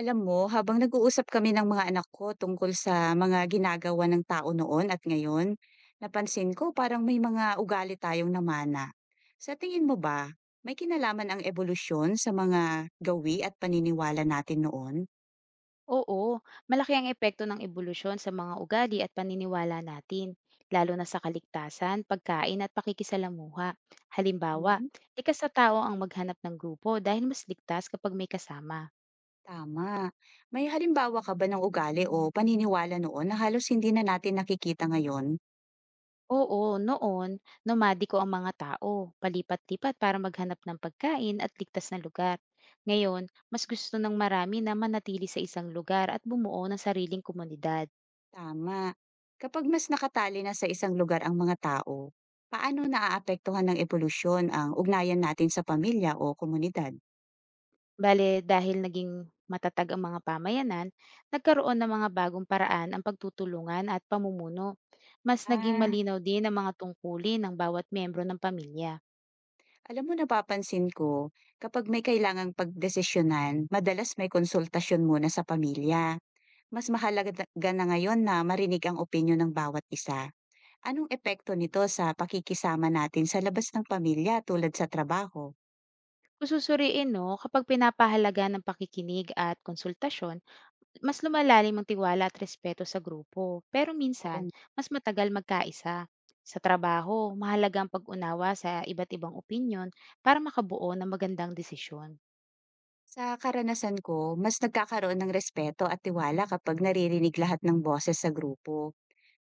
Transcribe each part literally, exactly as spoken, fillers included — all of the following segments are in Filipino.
Alam mo, habang nag-uusap kami ng mga anak ko tungkol sa mga ginagawa ng tao noon at ngayon, napansin ko parang may mga ugali tayong namana. Sa tingin mo ba, may kinalaman ang evolusyon sa mga gawi at paniniwala natin noon? Oo, malaki ang epekto ng ebolusyon sa mga ugali at paniniwala natin, lalo na sa kaligtasan, pagkain at pakikisalamuha. Halimbawa, Hmm, likas sa tao ang maghanap ng grupo dahil mas ligtas kapag may kasama. tama. May halimbawa ka ba ng ugali o paniniwala noon na halos hindi na natin nakikita ngayon? Oo, noon, nomadiko ang mga tao, palipat-lipat para maghanap ng pagkain at ligtas na lugar. Ngayon, mas gusto ng marami na manatili sa isang lugar at bumuo ng sariling komunidad. Tama. Kapag mas nakatali na sa isang lugar ang mga tao, paano naaapektuhan ng evolusyon ang ugnayan natin sa pamilya o komunidad? Bale, dahil naging matatag ang mga pamayanan, nagkaroon ng mga bagong paraan ang pagtutulungan at pamumuno. Mas naging Ah, malinaw din ang mga tungkulin ng bawat miyembro ng pamilya. alam mo napapansin ko, kapag may kailangang pagdesisyonan, madalas may konsultasyon muna sa pamilya. Mas mahalaga na na ngayon na marinig ang opinyon ng bawat isa. Anong epekto nito sa pakikisama natin sa labas ng pamilya tulad sa trabaho? Kususuriin no, kapag pinapahalaga ng pakikinig at konsultasyon, mas lumalalim ang tiwala at respeto sa grupo. Pero minsan, Oo. mas matagal magkaisa. Sa trabaho, mahalaga ang pag-unawa sa iba't ibang opinyon para makabuo ng magandang desisyon. Sa karanasan ko, mas nagkakaroon ng respeto at tiwala kapag naririnig lahat ng boses sa grupo.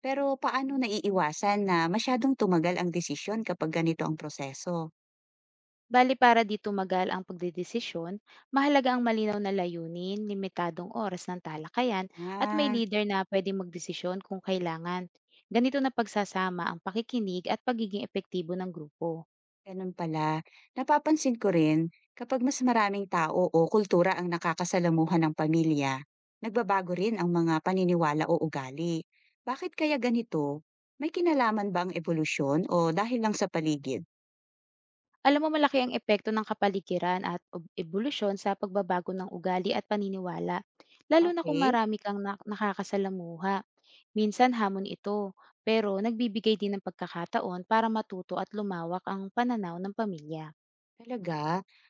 Pero paano naiiwasan na masyadong tumagal ang desisyon kapag ganito ang proseso? Bali para di tumagal ang pagdedesisyon, mahalaga ang malinaw na layunin, limitadong oras ng talakayan, at may Ah, leader na pwedeng magdesisyon kung kailangan. Ganito na pagsasama ang pakikinig at pagiging epektibo ng grupo. ganun pala. Napapansin ko rin, kapag mas maraming tao o kultura ang nakakasalamuhan ng pamilya, nagbabago rin ang mga paniniwala o ugali. Bakit kaya ganito? May kinalaman ba ang evolusyon o dahil lang sa paligid? Alam mo malaki ang epekto ng kapaligiran at ob- ebolusyon sa pagbabago ng ugali at paniniwala, lalo na kung Okay. marami kang nak- nakakasalamuha. Minsan hamon ito, pero nagbibigay din ng pagkakataon para matuto at lumawak ang pananaw ng pamilya. Talaga?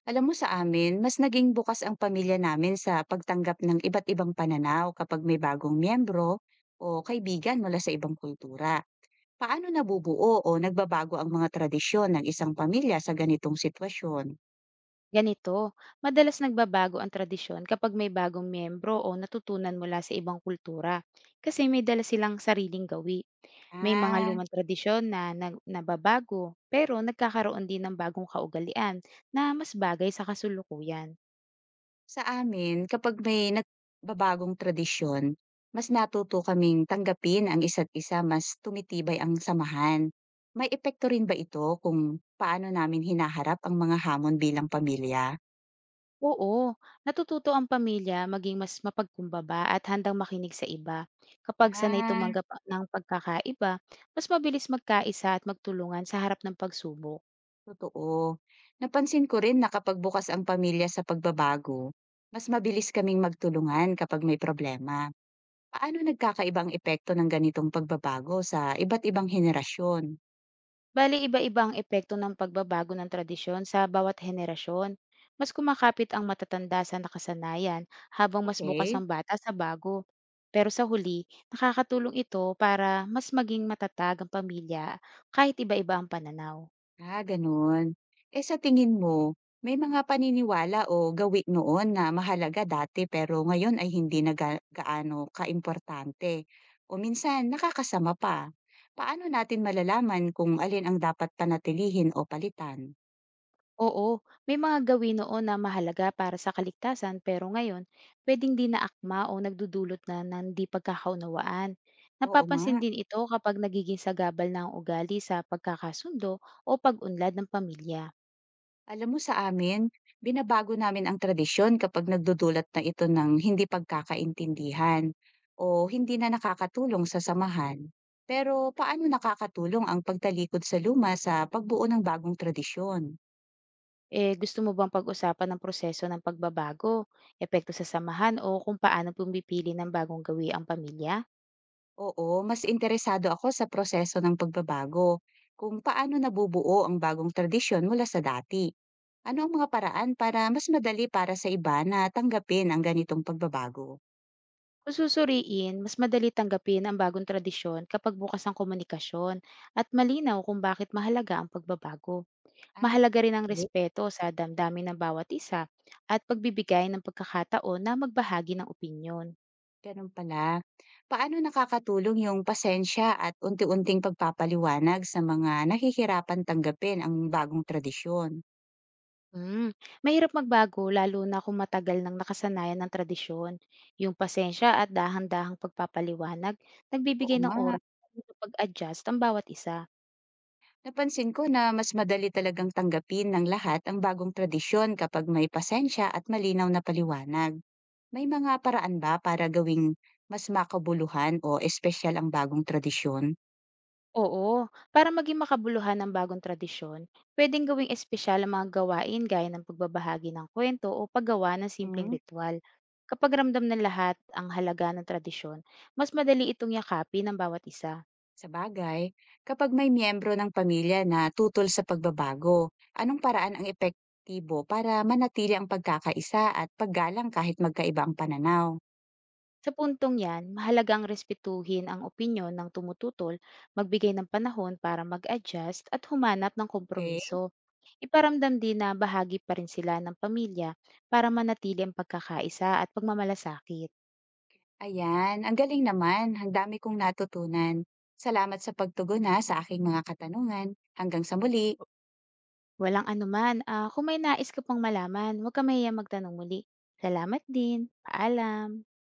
Alam mo sa amin, mas naging bukas ang pamilya namin sa pagtanggap ng iba't ibang pananaw kapag may bagong miyembro o kaibigan mula sa ibang kultura. Paano nabubuo o nagbabago ang mga tradisyon ng isang pamilya sa ganitong sitwasyon? Ganito, madalas nagbabago ang tradisyon kapag may bagong miyembro o natutunan mula sa ibang kultura kasi may dala silang sariling gawi. May mga Ah, lumang tradisyon na, nag- nababago pero nagkakaroon din ng bagong kaugalian na mas bagay sa kasulukuyan. sa amin, kapag may nagbabagong tradisyon, mas natuto kaming tanggapin ang isa't isa, mas tumitibay ang samahan. May epekto rin ba ito kung paano namin hinaharap ang mga hamon bilang pamilya? Oo, natututo ang pamilya maging mas mapagkumbaba at handang makinig sa iba. Kapag sanay Ah, tumanggap ng pagkakaiba, mas mabilis magkaisa at magtulungan sa harap ng pagsubok. totoo. Napansin ko rin na kapag bukas ang pamilya sa pagbabago, mas mabilis kaming magtulungan kapag may problema. Paano nagkakaiba epekto ng ganitong pagbabago sa iba't ibang henerasyon? Bali iba-iba ang epekto ng pagbabago ng tradisyon sa bawat henerasyon. Mas kumakapit ang matatanda sa nakasanayan habang mas bukas Okay. ang bata sa bago. Pero sa huli, nakakatulong ito para mas maging matatag ang pamilya kahit iba-iba ang pananaw. Ah, gano'n. Eh, sa tingin mo, may mga paniniwala o gawi noon na mahalaga dati pero ngayon ay hindi na ga gaano kaimportante o minsan nakakasama pa. Paano natin malalaman kung alin ang dapat panatilihin o palitan? Oo, may mga gawin noon na mahalaga para sa kaligtasan pero ngayon, pwedeng di naakma o nagdudulot na ng di pagkakaunawaan. Oo nga. Napapansin din ito kapag nagiging sagabal na ang ugali sa pagkakasundo o pag-unlad ng pamilya. Alam mo sa amin, binabago namin ang tradisyon kapag nagdudulot na ito ng hindi pagkakaintindihan o hindi na nakakatulong sa samahan. Pero paano nakakatulong ang pagtalikod sa luma sa pagbuo ng bagong tradisyon? Eh, gusto mo bang pag-usapan ng proseso ng pagbabago, epekto sa samahan o kung paano pumipili ng bagong gawi ang pamilya? Oo, mas interesado ako sa proseso ng pagbabago, kung paano nabubuo ang bagong tradisyon mula sa dati. Ano ang mga paraan para mas madali para sa iba na tanggapin ang ganitong pagbabago? Kung susuriin, mas madali tanggapin ang bagong tradisyon kapag bukas ang komunikasyon at malinaw kung bakit mahalaga ang pagbabago. Ah, Mahalaga rin ang okay. respeto sa damdamin ng bawat isa at pagbibigay ng pagkakataon na magbahagi ng opinyon. Ganun pala. Paano nakakatulong yung pasensya at unti-unting pagpapaliwanag sa mga nahihirapan tanggapin ang bagong tradisyon? Mm, mahirap magbago lalo na kung matagal nang nakasanayan ng tradisyon. Yung pasensya at dahan-dahang pagpapaliwanag Oo nagbibigay ng nga, oras sa pag-adjust ang bawat isa. napansin ko na mas madali talagang tanggapin ng lahat ang bagong tradisyon kapag may pasensya at malinaw na paliwanag. May mga paraan ba para gawing mas makabuluhan o espesyal ang bagong tradisyon? Oo, para maging makabuluhan ang bagong tradisyon, pwedeng gawing espesyal ang mga gawain gaya ng pagbabahagi ng kwento o paggawa ng simpleng Hmm? ritual. Kapag ramdam ng lahat ang halaga ng tradisyon, mas madali itong yakapin ng bawat isa. Sa bagay, kapag may miyembro ng pamilya na tutol sa pagbabago, anong paraan ang epektibo para manatili ang pagkakaisa at paggalang kahit magkaiba ang pananaw? Sa puntong yan, mahalagang respetuhin ang opinyon ng tumututol, magbigay ng panahon para mag-adjust at humanap ng Okay? kompromiso. Iparamdam din na bahagi pa rin sila ng pamilya para manatili ang pagkakaisa at pagmamalasakit. Ayan, ang galing naman. Ang dami kong natutunan. Salamat sa pagtugon ha, sa aking mga katanungan. Hanggang sa muli. Walang anuman. Ah, kung may nais ka pang malaman, huwag ka mahiyang magtanong muli. Salamat din. Paalam.